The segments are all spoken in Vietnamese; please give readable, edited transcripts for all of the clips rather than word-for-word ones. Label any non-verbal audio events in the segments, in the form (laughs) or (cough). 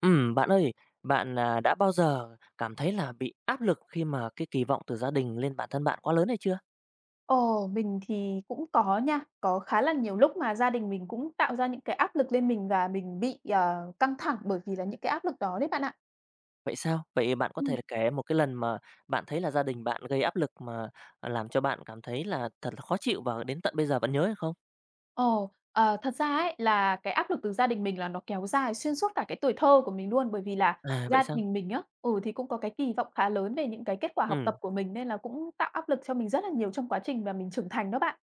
Bạn ơi, bạn, đã bao giờ cảm thấy là bị áp lực khi mà cái kỳ vọng từ gia đình lên bản thân bạn quá lớn hay chưa? Ồ, mình thì cũng có nha. Có khá là nhiều lúc mà gia đình mình cũng tạo ra những cái áp lực lên mình và mình bị, căng thẳng bởi vì là những cái áp lực đó đấy bạn ạ. Vậy sao? Vậy bạn có thể Ừm. kể một cái lần mà bạn thấy là gia đình bạn gây áp lực mà, làm cho bạn cảm thấy là thật là khó chịu và đến tận bây giờ vẫn nhớ hay không? Thật ra ấy là cái áp lực từ gia đình mình là nó kéo dài xuyên suốt cả cái tuổi thơ của mình luôn, bởi vì là Vậy gia sao? đình mình á, thì cũng có cái kỳ vọng khá lớn về những cái kết quả học tập Ừm, của mình nên là cũng tạo áp lực cho mình rất là nhiều trong quá trình mà mình trưởng thành đó bạn.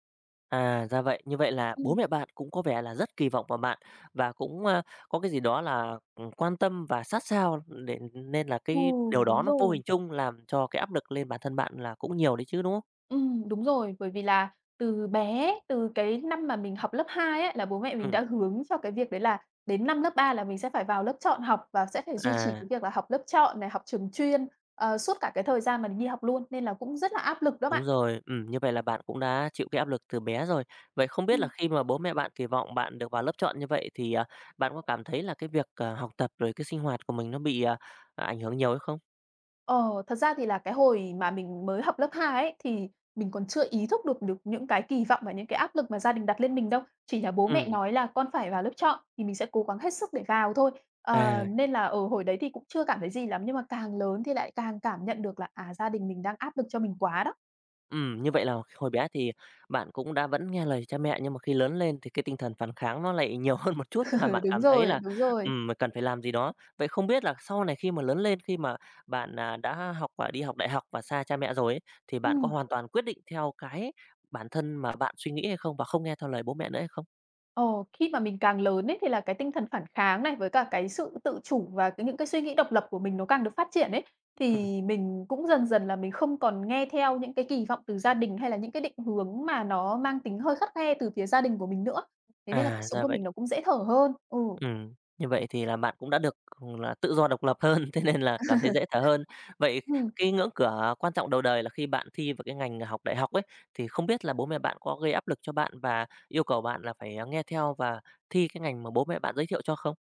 Ra vậy. Như vậy là bố Ừm, mẹ bạn cũng có vẻ là rất kỳ vọng vào bạn và cũng, có cái gì đó là, quan tâm và sát sao để nên là ừ, cái điều đó đúng nó vô hình rồi. chung làm cho cái áp lực lên bản thân bạn là cũng nhiều đấy chứ, đúng không? Đúng rồi, bởi vì là từ bé, từ cái năm mà mình học lớp 2 ấy, là bố mẹ mình Ừ. đã hướng cho cái việc đấy là đến năm lớp 3 là mình sẽ phải vào lớp chọn học và sẽ phải duy trì À, cái việc là học lớp chọn này, học trường chuyên, suốt cả cái thời gian mà mình đi học luôn, nên là cũng rất là áp lực đó Đúng bạn. rồi, như vậy là bạn cũng đã chịu cái áp lực từ bé rồi. Vậy không biết là Ừm. khi mà bố mẹ bạn kỳ vọng bạn được vào lớp chọn như vậy thì, bạn có cảm thấy là cái việc, học tập rồi cái sinh hoạt của mình nó bị, ảnh hưởng nhiều hay không? Ờ, thật ra thì là cái hồi mà mình mới học lớp 2 ấy, thì mình còn chưa ý thức được được những cái kỳ vọng và những cái áp lực mà gia đình đặt lên mình đâu. Chỉ là bố mẹ Ừm. nói là "Con phải vào lớp chọn" thì mình sẽ cố gắng hết sức để vào thôi. Ờ, À. nên là, ở hồi đấy thì cũng chưa cảm thấy gì lắm, nhưng mà càng lớn thì lại càng cảm nhận được là, gia đình mình đang áp lực cho mình quá đó. Như vậy là hồi bé thì bạn cũng đã vẫn nghe lời cha mẹ, nhưng mà khi lớn lên thì cái tinh thần phản kháng nó lại nhiều (laughs) hơn một chút (laughs) và Ừ, bạn đúng cảm thấy rồi, là, đúng rồi. ừm, cần phải làm gì đó. Vậy không biết là sau này khi mà lớn lên, khi mà bạn, đã học và đi học đại học và xa cha mẹ rồi ấy, thì bạn có Ừm. hoàn toàn quyết định theo cái bản thân mà bạn suy nghĩ hay không và không nghe theo lời bố mẹ nữa hay không? Ồ, khi mà mình càng lớn ấy, thì là cái tinh thần phản kháng này, với cả cái sự tự chủ và cái những cái suy nghĩ độc lập của mình nó càng được phát triển ấy, Ừm, thì mình cũng dần dần là mình không còn nghe theo những cái kỳ vọng từ gia đình, hay là những cái định hướng mà nó mang tính hơi khắt khe từ phía gia đình của mình nữa. Thế nên là cuộc sống Ra của mình vậy. nó cũng dễ thở hơn. Ừ. Như vậy thì là bạn cũng đã được, là tự do độc lập hơn, (laughs) thế nên là cảm thấy dễ (laughs) thở hơn. Vậy Ừm. cái ngưỡng cửa quan trọng đầu đời là khi bạn thi vào cái ngành học đại học ấy, thì không biết là bố mẹ bạn có gây áp lực cho bạn và yêu cầu bạn là phải, nghe theo và thi cái ngành mà bố mẹ bạn giới thiệu cho không?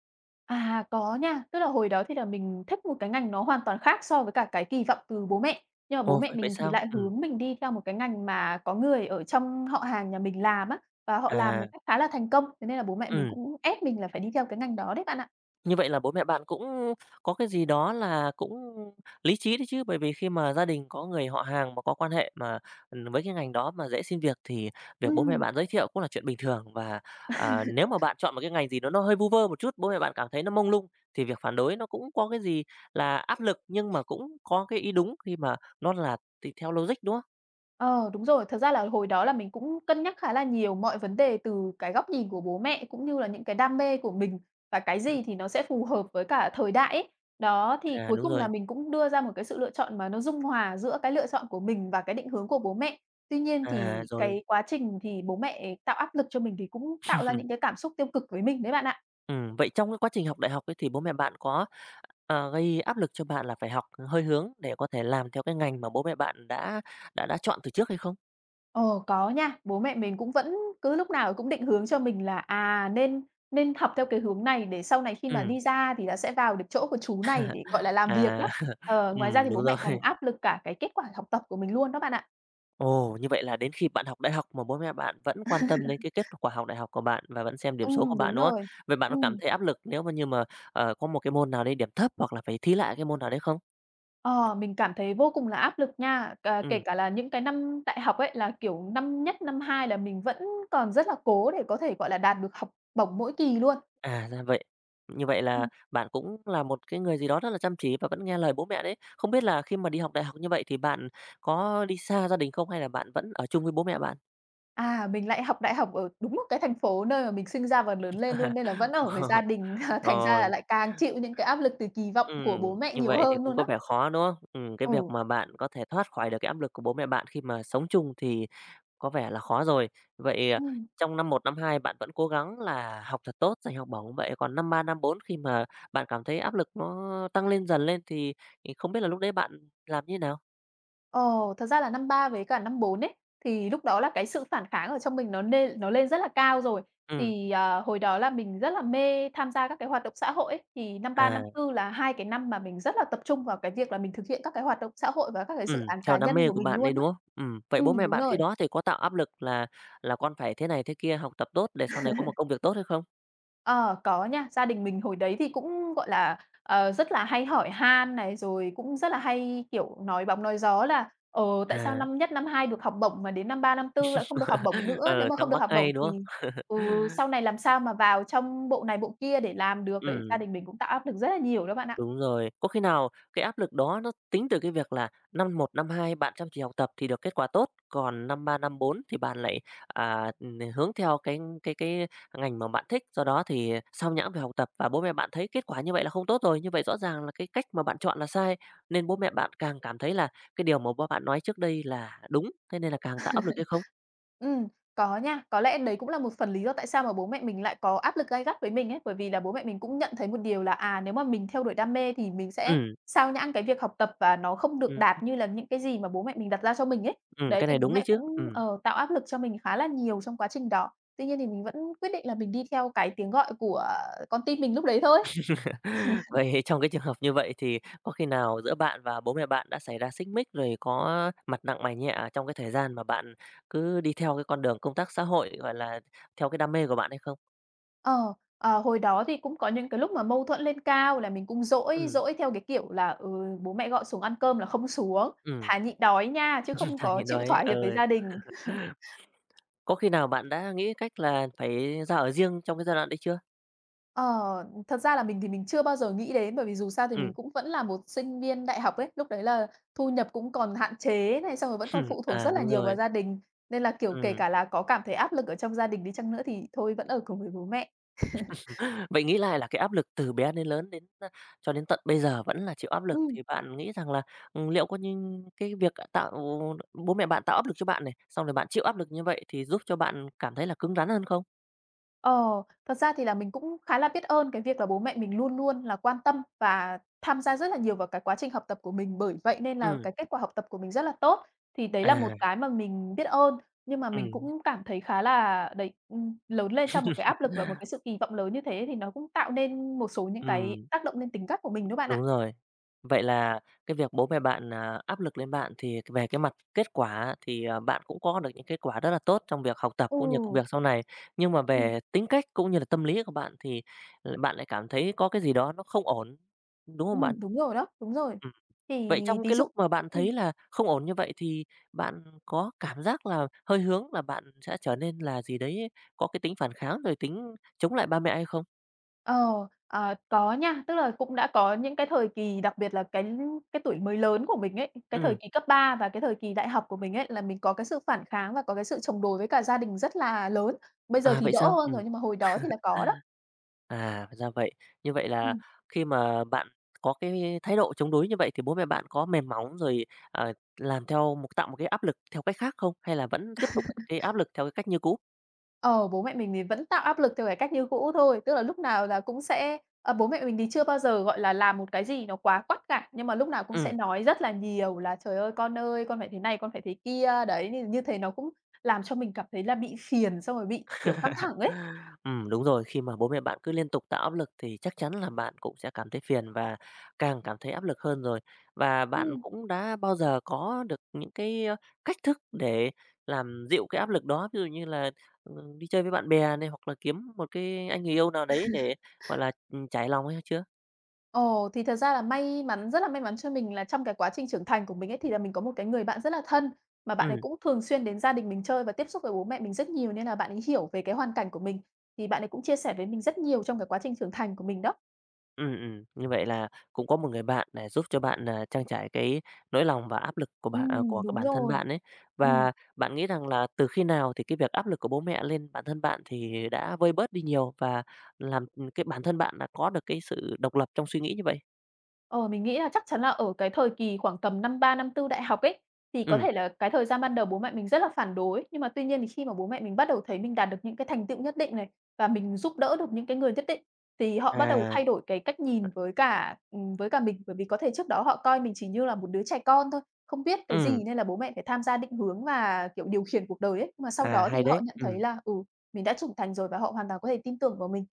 À, có nha. Tức là hồi đó thì là mình thích một cái ngành nó hoàn toàn khác so với cả cái kỳ vọng từ bố mẹ. Nhưng mà bố Ồ, mẹ vậy vậy mình thì sao? lại Ừm. hướng mình đi theo một cái ngành mà có người ở trong họ hàng nhà mình làm á, và họ làm một à, cách khá là thành công. Thế nên là bố mẹ mình ừ. cũng ép mình là phải đi theo cái ngành đó đấy bạn ạ. Như vậy là bố mẹ bạn cũng có cái gì đó là cũng lý trí đấy chứ, bởi vì khi mà gia đình có người họ hàng mà có quan hệ mà, với cái ngành đó mà dễ xin việc thì việc bố mẹ Ừm. bạn giới thiệu cũng là chuyện bình thường. Và, nếu mà bạn chọn một cái ngành gì đó nó hơi vu vơ một chút, bố mẹ bạn cảm thấy nó mông lung thì việc phản đối nó cũng có cái gì là áp lực, nhưng mà cũng có cái ý đúng khi mà nó là tùy theo logic, đúng không? Ờ, đúng rồi. Thật ra là hồi đó là mình cũng cân nhắc khá là nhiều mọi vấn đề từ cái góc nhìn của bố mẹ, cũng như là những cái đam mê của mình và cái Ừm, gì thì nó sẽ phù hợp với cả thời đại ấy. Đó, thì cuối Đúng cùng là rồi, mình cũng đưa ra một cái sự lựa chọn mà nó dung hòa giữa cái lựa chọn của mình và cái định hướng của bố mẹ. Tuy nhiên thì rồi. cái quá trình thì bố mẹ tạo áp lực cho mình thì cũng tạo ra những cái cảm xúc tiêu cực với mình đấy bạn ạ. Vậy trong cái quá trình học đại học ấy thì bố mẹ bạn có, gây áp lực cho bạn là phải học hơi hướng để có thể làm theo cái ngành mà bố mẹ bạn đã chọn từ trước hay không? Ờ, có nha, bố mẹ mình cũng vẫn cứ lúc nào cũng định hướng cho mình là, nên nên học theo cái hướng này để sau này khi mà Ừm, đi ra thì là sẽ vào được chỗ của chú này để, gọi là, làm việc à, đó. (laughs) Ờ, ngoài ra thì bố đúng rồi. mẹ còn (laughs) áp lực cả cái kết quả học tập của mình luôn đó bạn ạ. Ồ, như vậy là đến khi bạn học đại học mà bố mẹ bạn vẫn quan tâm đến cái kết quả học đại học của bạn và vẫn xem điểm số của bạn, Đúng đúng không? rồi. Vậy bạn có cảm Ừm, thấy áp lực nếu mà như mà, có một cái môn nào đấy điểm thấp hoặc là phải thi lại cái môn nào đấy không? ờ, mình cảm thấy vô cùng là áp lực nha, cà kể Ừm. cả là những cái năm đại học ấy, là, kiểu, năm nhất, năm hai là mình vẫn còn rất là cố để có thể, gọi là, đạt được học bổng mỗi kỳ luôn. Ra vậy. Như vậy là bạn cũng là một cái người gì đó rất là chăm chỉ và vẫn nghe lời bố mẹ đấy. Không biết là khi mà đi học đại học như vậy thì bạn có đi xa gia đình không hay là bạn vẫn ở chung với bố mẹ bạn? À, mình lại học đại học ở đúng một cái thành phố nơi mà mình sinh ra và lớn lên luôn, nên là vẫn ở với gia (laughs) đình, (laughs) thành ra Ờ, là lại càng chịu những cái áp lực từ kỳ vọng của bố mẹ Như nhiều vậy thì hơn cũng luôn có đó. vẻ khó, đúng không? Cái việc Ừ, mà bạn có thể thoát khỏi được cái áp lực của bố mẹ bạn khi mà sống chung thì có vẻ là khó rồi. Vậy, ừm, trong năm một năm 2 bạn vẫn cố gắng là học thật tốt, giành học bổng, vậy còn năm 3 năm 4 khi mà bạn cảm thấy áp lực nó tăng lên dần lên thì không biết là lúc đấy bạn làm như thế nào? ờ, Thật ra là năm 3 với cả năm 4 ấy, thì lúc đó là cái sự phản kháng ở trong mình nó lên rất là cao rồi. Ừm, Thì, hồi đó là mình rất là mê tham gia các cái hoạt động xã hội ấy, thì năm 3 à, năm tư là 2 cái năm mà mình rất là tập trung vào cái việc là mình thực hiện các cái hoạt động xã hội và các cái dự án Theo cá đam nhân mê của của mình bạn đấy, luôn đó. đúng không? Vậy Ừ, bố mẹ đúng bạn khi rồi. đó thì có tạo áp lực là "Con phải thế này thế kia, học tập tốt để sau này có một công việc tốt" hay không? Ờ, có nha. Gia đình mình hồi đấy thì cũng, gọi là, rất là hay hỏi han này, rồi cũng rất là hay, kiểu, nói bóng nói gió là "Ờ, tại sao À. năm nhất, năm hai được học bổng mà đến năm ba, năm tư lại không được học bổng (laughs) nữa? Nếu Ờ, mà Thắc không được mắc học bổng ngay, đúng thì, không? ừ, (laughs) sau này làm sao mà vào trong bộ này, bộ kia để làm được?" Đấy, gia Ừm, đình mình cũng tạo áp lực rất là nhiều đó bạn ạ. Đúng rồi. Có khi nào cái áp lực đó nó tính từ cái việc là năm một năm 2 bạn chăm chỉ học tập thì được kết quả tốt, còn năm 3 năm 4 thì bạn lại, hướng theo cái ngành mà bạn thích, do đó thì xao nhãng về học tập và bố mẹ bạn thấy kết quả như vậy là không tốt rồi, như vậy rõ ràng là cái cách mà bạn chọn là sai, nên bố mẹ bạn càng cảm thấy là cái điều mà ba bạn nói trước đây là đúng, thế nên là càng tạo áp lực hay không? Ừm, có nha. Có lẽ đấy cũng là một phần lý do tại sao mà bố mẹ mình lại có áp lực gay gắt với mình ấy, bởi vì là bố mẹ mình cũng nhận thấy một điều là, nếu mà mình theo đuổi đam mê thì mình sẽ Ừm, xao nhãng cái việc học tập và nó không được ừm, đạt như là những cái gì mà bố mẹ mình đặt ra cho mình ấy. Đấy, cái này thì bố đúng đấy mẹ chứ. cũng, Ừm. Tạo áp lực cho mình khá là nhiều trong quá trình đó. Tuy nhiên thì mình vẫn quyết định là mình đi theo cái tiếng gọi của con tim mình lúc đấy thôi. (laughs) Vậy trong cái trường hợp như vậy thì có khi nào giữa bạn và bố mẹ bạn đã xảy ra xích mích rồi có mặt nặng mày nhẹ trong cái thời gian mà bạn cứ đi theo cái con đường công tác xã hội, gọi là, theo cái đam mê của bạn hay không? Ờ, Hồi đó thì cũng có những cái lúc mà mâu thuẫn lên cao là mình cũng dỗi, Ừm, dỗi theo cái kiểu là, bố mẹ gọi xuống ăn cơm là không xuống, ừm, thà nhịn đói nha, chứ Thà không (laughs) có nhịn chịu đói, thỏa hiệp với ừ. gia đình. (laughs) Có khi nào bạn đã nghĩ cách là phải ra ở riêng trong cái giai đoạn đấy chưa? Ờ, thật ra là mình thì mình chưa bao giờ nghĩ đến, bởi vì dù sao thì Ừm, mình cũng vẫn là một sinh viên đại học ấy, lúc đấy là thu nhập cũng còn hạn chế này, xong rồi vẫn còn (clears throat) phụ thuộc rất là đúng nhiều vào rồi, gia đình, nên là, kiểu, kể ừm. cả là có cảm thấy áp lực ở trong gia đình đi chăng nữa thì thôi vẫn ở cùng với bố mẹ. Vậy nghĩ lại là cái áp lực từ bé đến lớn cho đến tận bây giờ vẫn là chịu áp lực, Ừm. thì bạn nghĩ rằng là, liệu có những cái việc tạo bố mẹ bạn tạo áp lực cho bạn này, xong rồi bạn chịu áp lực như vậy thì giúp cho bạn cảm thấy là cứng rắn hơn không? Ờ, thật ra thì là mình cũng khá là biết ơn cái việc là bố mẹ mình luôn luôn là quan tâm và tham gia rất là nhiều vào cái quá trình học tập của mình, bởi vậy nên là Ừ. cái kết quả học tập của mình rất là tốt. Thì đấy là một À. cái mà mình biết ơn, nhưng mà mình Ừm, cũng cảm thấy khá là đấy, lớn lên trong một ừm. cái (laughs) áp lực và một cái sự kỳ vọng lớn như thế thì nó cũng tạo nên một số những cái tác động lên tính cách của mình đó bạn Đúng ạ. rồi. Vậy là cái việc bố mẹ bạn, áp lực lên bạn thì về cái mặt kết quả thì, à, bạn cũng có được những kết quả rất là tốt trong việc học tập Ừ, cũng như công việc sau này. Nhưng mà ừm, về tính cách cũng như là tâm lý của bạn thì bạn lại cảm thấy có cái gì đó nó không ổn, đúng không bạn? Đúng rồi đó, đúng rồi. Ừm. Thì Vậy trong ví cái dụ lúc mà bạn thấy là không ổn như vậy thì bạn có cảm giác là hơi hướng là bạn sẽ trở nên là gì đấy, có cái tính phản kháng rồi tính chống lại ba mẹ hay không? Ờ, có nha, tức là cũng đã có những cái thời kỳ, đặc biệt là cái tuổi mới lớn của mình ấy, cái thời Ừm, kỳ cấp 3 và cái thời kỳ đại học của mình ấy, là mình có cái sự phản kháng và có cái sự chống đối với cả gia đình rất là lớn. Bây giờ thì Vậy đỡ sao? hơn Ừm. rồi, nhưng mà hồi đó thì là có đó. Ra vậy. Như vậy là Ừm. khi mà bạn có cái thái độ chống đối như vậy thì bố mẹ bạn có mềm móng rồi, làm theo một tạo một cái áp lực theo cách khác không? Hay là vẫn tiếp tục cái áp lực theo cái cách như cũ? Ờ, bố mẹ mình thì vẫn tạo áp lực theo cái cách như cũ thôi, tức là lúc nào là cũng sẽ bố mẹ mình thì chưa bao giờ, gọi là, làm một cái gì nó quá quắt cả, nhưng mà lúc nào cũng sẽ Ừm. nói rất là nhiều là "Trời ơi, con phải thế này, con phải thế kia." Đấy, nên như thế nó cũng làm cho mình cảm thấy là bị phiền, xong rồi bị, kiểu, căng thẳng ấy. Ừ, đúng rồi, khi mà bố mẹ bạn cứ liên tục tạo áp lực thì chắc chắn là bạn cũng sẽ cảm thấy phiền và càng cảm thấy áp lực hơn rồi. Và bạn Ừ. cũng đã bao giờ có được những cái, cách thức để làm dịu cái áp lực đó, ví dụ như là, đi chơi với bạn bè này, hoặc là kiếm một cái anh người yêu nào đấy để, gọi là, trải lòng hay chưa? Ồ, thì thật ra là may mắn rất là may mắn cho mình là trong cái quá trình trưởng thành của mình ấy, thì là mình có một cái người bạn rất là thân, mà bạn ấy Ừ. cũng thường xuyên đến gia đình mình chơi và tiếp xúc với bố mẹ mình rất nhiều, nên là bạn ấy hiểu về cái hoàn cảnh của mình, thì bạn ấy cũng chia sẻ với mình rất nhiều trong cái quá trình trưởng thành của mình đó. Như vậy là cũng có một người bạn để giúp cho bạn, trang trải cái nỗi lòng và áp lực của bạn, của các Đúng bản thân rồi. bạn ấy. Ừm. Và bạn nghĩ rằng là từ khi nào thì cái việc áp lực của bố mẹ lên bản thân bạn thì đã vơi bớt đi nhiều và làm, cái bản thân bạn đã có được cái sự độc lập trong suy nghĩ như vậy? Ờ, mình nghĩ là chắc chắn là ở cái thời kỳ khoảng tầm năm 3 năm tư đại học ấy, thì có Ừm. thể là cái thời gian ban đầu bố mẹ mình rất là phản đối, nhưng mà tuy nhiên thì khi mà bố mẹ mình bắt đầu thấy mình đạt được những cái thành tựu nhất định này, và mình giúp đỡ được những cái người nhất định, thì họ bắt đầu À. thay đổi cái cách nhìn với cả mình. Bởi vì có thể trước đó họ coi mình chỉ như là một đứa trẻ con thôi, không biết cái Ừm, gì nên là bố mẹ phải tham gia định hướng và, kiểu, điều khiển cuộc đời ấy. Nhưng mà sau đó Hay thì họ đấy, nhận thấy ừm. là, ừ, mình đã trưởng thành rồi và họ hoàn toàn có thể tin tưởng vào mình.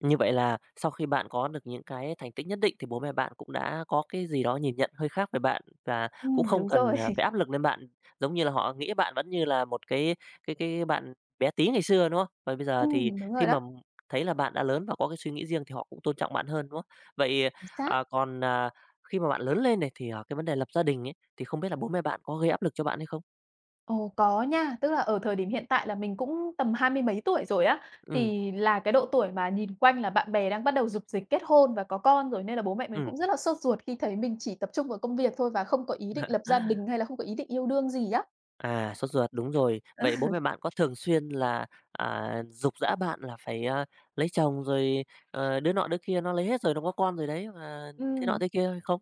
Như vậy là sau khi bạn có được những cái thành tích nhất định thì bố mẹ bạn cũng đã có cái gì đó nhìn nhận hơi khác về bạn và cũng không Đúng cần, rồi. à, phải áp (laughs) lực lên bạn, giống như là họ nghĩ bạn vẫn như là một cái bạn bé tí ngày xưa, đúng không? Và bây giờ thì đúng khi rồi mà đó, thấy là bạn đã lớn và có cái suy nghĩ riêng thì họ cũng tôn trọng bạn hơn, đúng không? Vậy, chính xác. Còn, khi mà bạn lớn lên này thì, cái vấn đề lập gia đình ấy, thì không biết là bố mẹ bạn có gây áp lực cho bạn hay không? Ồ, có nha, tức là ở thời điểm hiện tại là mình cũng tầm hai mươi mấy tuổi rồi á, Ừ, thì là cái độ tuổi mà nhìn quanh là bạn bè đang bắt đầu rục rịch kết hôn và có con rồi, nên là bố mẹ mình ừ. cũng rất là sốt ruột khi thấy mình chỉ tập trung vào công việc thôi và không có ý định lập gia đình hay là không có ý định yêu đương gì á. À, sốt ruột, đúng rồi. Vậy bố (laughs) mẹ bạn có thường xuyên là, giục giã bạn là phải, lấy chồng rồi, đứa nọ đứa kia nó lấy hết rồi, nó có con rồi đấy, và thế nọ Ừm, thế kia hay không?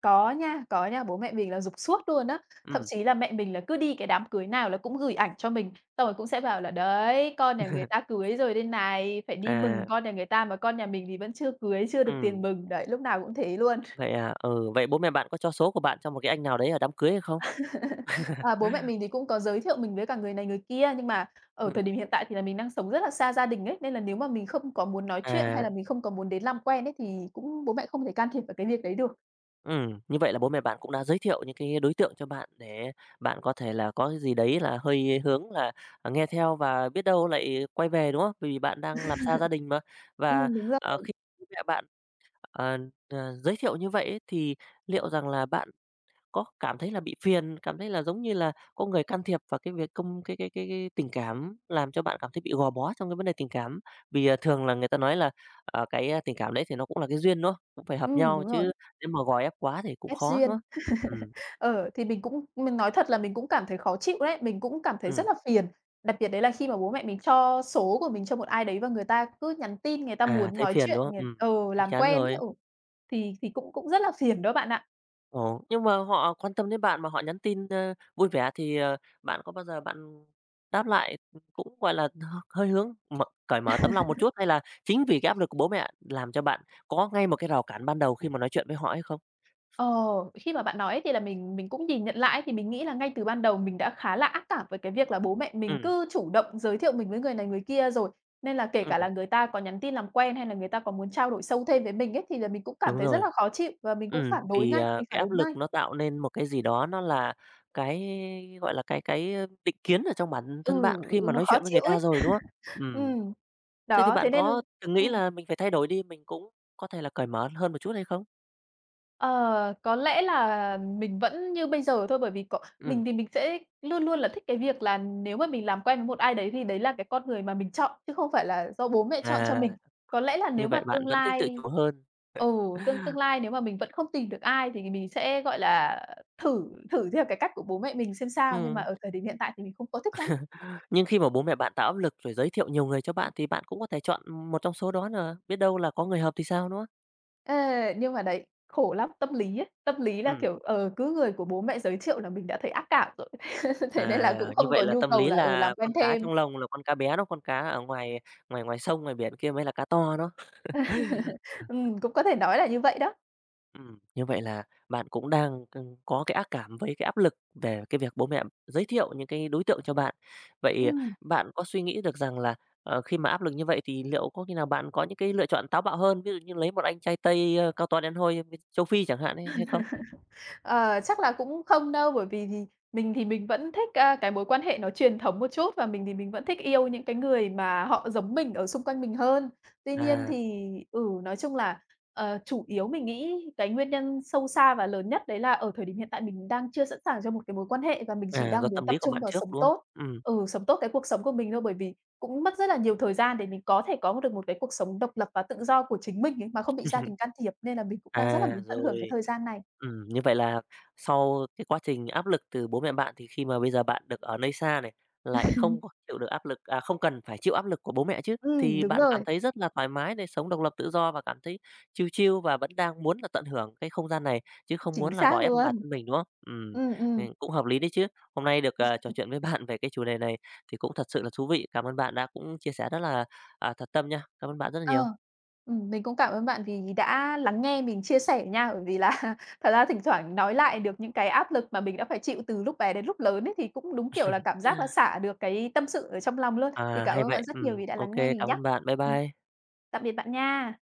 có nha, bố mẹ mình là rục suốt luôn á, thậm Ừm. chí là mẹ mình là cứ đi cái đám cưới nào là cũng gửi ảnh cho mình, xong rồi cũng sẽ bảo là "Đấy, con nhà người (laughs) ta cưới rồi đây này, phải đi À, mừng con nhà người ta mà con nhà mình thì vẫn chưa cưới, chưa được tiền ừm, mừng." Đấy, lúc nào cũng thế luôn. vậy à? Ừ, vậy bố mẹ bạn có cho số của bạn cho một cái anh nào đấy ở đám cưới hay không? À, (laughs) bố mẹ mình thì cũng có giới thiệu mình với cả người này người kia, nhưng mà ở Ừm, thời điểm hiện tại thì là mình đang sống rất là xa gia đình ấy, nên là nếu mà mình không có muốn nói chuyện hay à. là mình không có muốn đến làm quen ấy, thì cũng bố mẹ không thể can thiệp vào cái việc đấy được. Ừ như vậy là bố mẹ bạn cũng đã giới thiệu những cái đối tượng cho bạn để bạn có thể là có cái gì đấy là hơi hướng là, nghe theo và biết đâu lại quay về, đúng không? Bởi vì bạn đang làm xa gia đình mà. Và, Ừm, đúng rồi, khi bố mẹ bạn, ờ, giới thiệu như vậy ấy, thì liệu rằng là bạn có cảm thấy là bị phiền, cảm thấy là giống như là có người can thiệp vào cái việc công cái tình cảm, làm cho bạn cảm thấy bị gò bó trong cái vấn đề tình cảm. Vì, thường là người ta nói là, cái, tình cảm đấy thì nó cũng là cái duyên, đúng không? Cũng phải hợp nhau đúng chứ rồi, nếu mà gò ép quá thì cũng ép khó, đúng không? duyên. Ừm, Thì mình cũng mình nói thật là mình cũng cảm thấy khó chịu đấy, mình cũng cảm thấy rất ừm, là phiền. Đặc biệt đấy là khi mà bố mẹ mình cho số của mình cho một ai đấy và người ta cứ nhắn tin, người ta à, muốn thấy nói phiền, chuyện, đúng không? người Chắc làm chắn quen ấy, rồi. ừ, thì cũng cũng rất là phiền đó bạn ạ. Ồ, nhưng mà họ quan tâm đến bạn mà họ nhắn tin, vui vẻ thì, bạn có bao giờ bạn đáp lại, cũng, gọi là, hơi hướng cởi mở tấm lòng một chút hay là chính vì cái áp lực của bố mẹ làm cho bạn có ngay một cái rào cản ban đầu khi mà nói chuyện với họ hay không? Ờ, Khi mà bạn nói thì là mình cũng nhìn nhận lại thì mình nghĩ là ngay từ ban đầu mình đã khá là ác cảm với cái việc là bố mẹ mình Ừ, cứ chủ động giới thiệu mình với người này người kia rồi. Nên là kể cả ừm, là người ta có nhắn tin làm quen hay là người ta có muốn trao đổi sâu thêm với mình ấy, thì là mình cũng cảm đúng thấy rất rồi. là khó chịu và mình Ừ, cũng phản đối vì, ngay, mình cái phản áp ứng lực ngay. nó tạo nên một cái gì đó nó là cái, gọi là, cái định kiến ở trong bản Ừ, thân bạn khi ừ, mà nó nói khó chuyện với người chịu ta ấy. rồi, đúng không? Ừ, Ừm, thế thì đó, bạn thế nên có từng nghĩ ừm. là mình phải thay đổi đi, mình cũng có thể là cởi mở hơn một chút hay không? Ờ, có lẽ là mình vẫn như bây giờ thôi, bởi vì Ừ. mình thì mình sẽ luôn luôn là thích cái việc là nếu mà mình làm quen với một ai đấy thì đấy là cái con người mà mình chọn, chứ không phải là do bố mẹ chọn cho À, mình. Có lẽ là như nếu mà vậy bạn tương vẫn thích tự lai chủ hơn. ừ, tương tương (laughs) lai nếu mà mình vẫn không tìm được ai thì mình sẽ, gọi là, thử thử theo cái cách của bố mẹ mình xem sao, nhưng mà Ừm, ở thời điểm hiện tại thì mình không có thích lắm. nhưng khi mà bố mẹ bạn tạo áp lực rồi giới thiệu nhiều người cho bạn thì bạn cũng có thể chọn một trong số đó là biết đâu là có người hợp thì sao, nữa không? Ờ, nhưng mà đấy, khổ lắm, tâm lý ấy, tâm lý là, kiểu, cứ người của bố mẹ giới thiệu là mình đã thấy ác cảm rồi, (laughs) thế nên là À, cũng như không vậy có là nhu tâm cầu lý là, ừ, là làm con quen cá thêm. trong lồng là con cá bé đó, con cá ở ngoài ngoài ngoài sông, ngoài biển kia mới là cá to đó. (laughs) Cũng có thể nói là như vậy đó. Như vậy là bạn cũng đang, có cái ác cảm với cái áp lực về cái việc bố mẹ giới thiệu những cái đối tượng cho bạn. Vậy Ừm. bạn có suy nghĩ được rằng là, khi mà áp lực như vậy thì liệu có khi nào bạn có những cái lựa chọn táo bạo hơn, ví dụ như lấy một anh trai Tây, cao to đen hôi bên châu Phi chẳng hạn ấy hay không? Ờ, Chắc là cũng không đâu, bởi vì thì mình vẫn thích, a, cái mối quan hệ nó truyền thống một chút và mình thì mình vẫn thích yêu những cái người mà họ giống mình ở xung quanh mình hơn. Tuy nhiên À, thì ừ, nói chung là, chủ yếu mình nghĩ cái nguyên nhân sâu xa và lớn nhất đấy là ở thời điểm hiện tại mình đang chưa sẵn sàng cho một cái mối quan hệ và mình chỉ à, do đang muốn tâm tập lý của trung bạn vào trước, sống đúng không? tốt. Ừm. Ừ, sống tốt cái cuộc sống của mình thôi, bởi vì cũng mất rất là nhiều thời gian để mình có thể có được một cái cuộc sống độc lập và tự do của chính mình ấy, mà không bị gia (laughs) đình can thiệp, nên là mình cũng đang rất là À, muốn tận hưởng cái rồi. thời gian này. Như vậy là sau cái quá trình áp lực từ bố mẹ bạn thì khi mà bây giờ bạn được ở nơi xa này, lại không có chịu được áp lực à, không cần phải chịu áp lực của bố mẹ chứ, thì Đúng bạn cảm rồi, thấy rất là thoải mái để sống độc lập tự do và cảm thấy chill chill và vẫn đang muốn là tận hưởng cái không gian này, chứ không chính muốn là gò xác ép bản luôn. thân mình, đúng không? Ừm, ừm. Cũng hợp lý đấy chứ. Hôm nay được, trò chuyện với (laughs) bạn về cái chủ đề này thì cũng thật sự là thú vị. Cảm ơn bạn đã cũng chia sẻ rất là, thật tâm nha. Cảm ơn bạn rất là Ờ, nhiều. Mình cũng cảm ơn bạn vì đã lắng nghe mình chia sẻ nha, bởi vì là (laughs) thật ra thỉnh thoảng nói lại được những cái áp lực mà mình đã phải chịu từ lúc bé đến lúc lớn ấy, thì cũng đúng kiểu là cảm giác là (laughs) xả được cái tâm sự ở trong lòng luôn. Thì À, cảm hay ơn bạn vậy. rất nhiều vì đã Ô lắng nghe mình cảm nhá. ơn bạn. Bye Ừm, bye. tạm biệt bạn nha.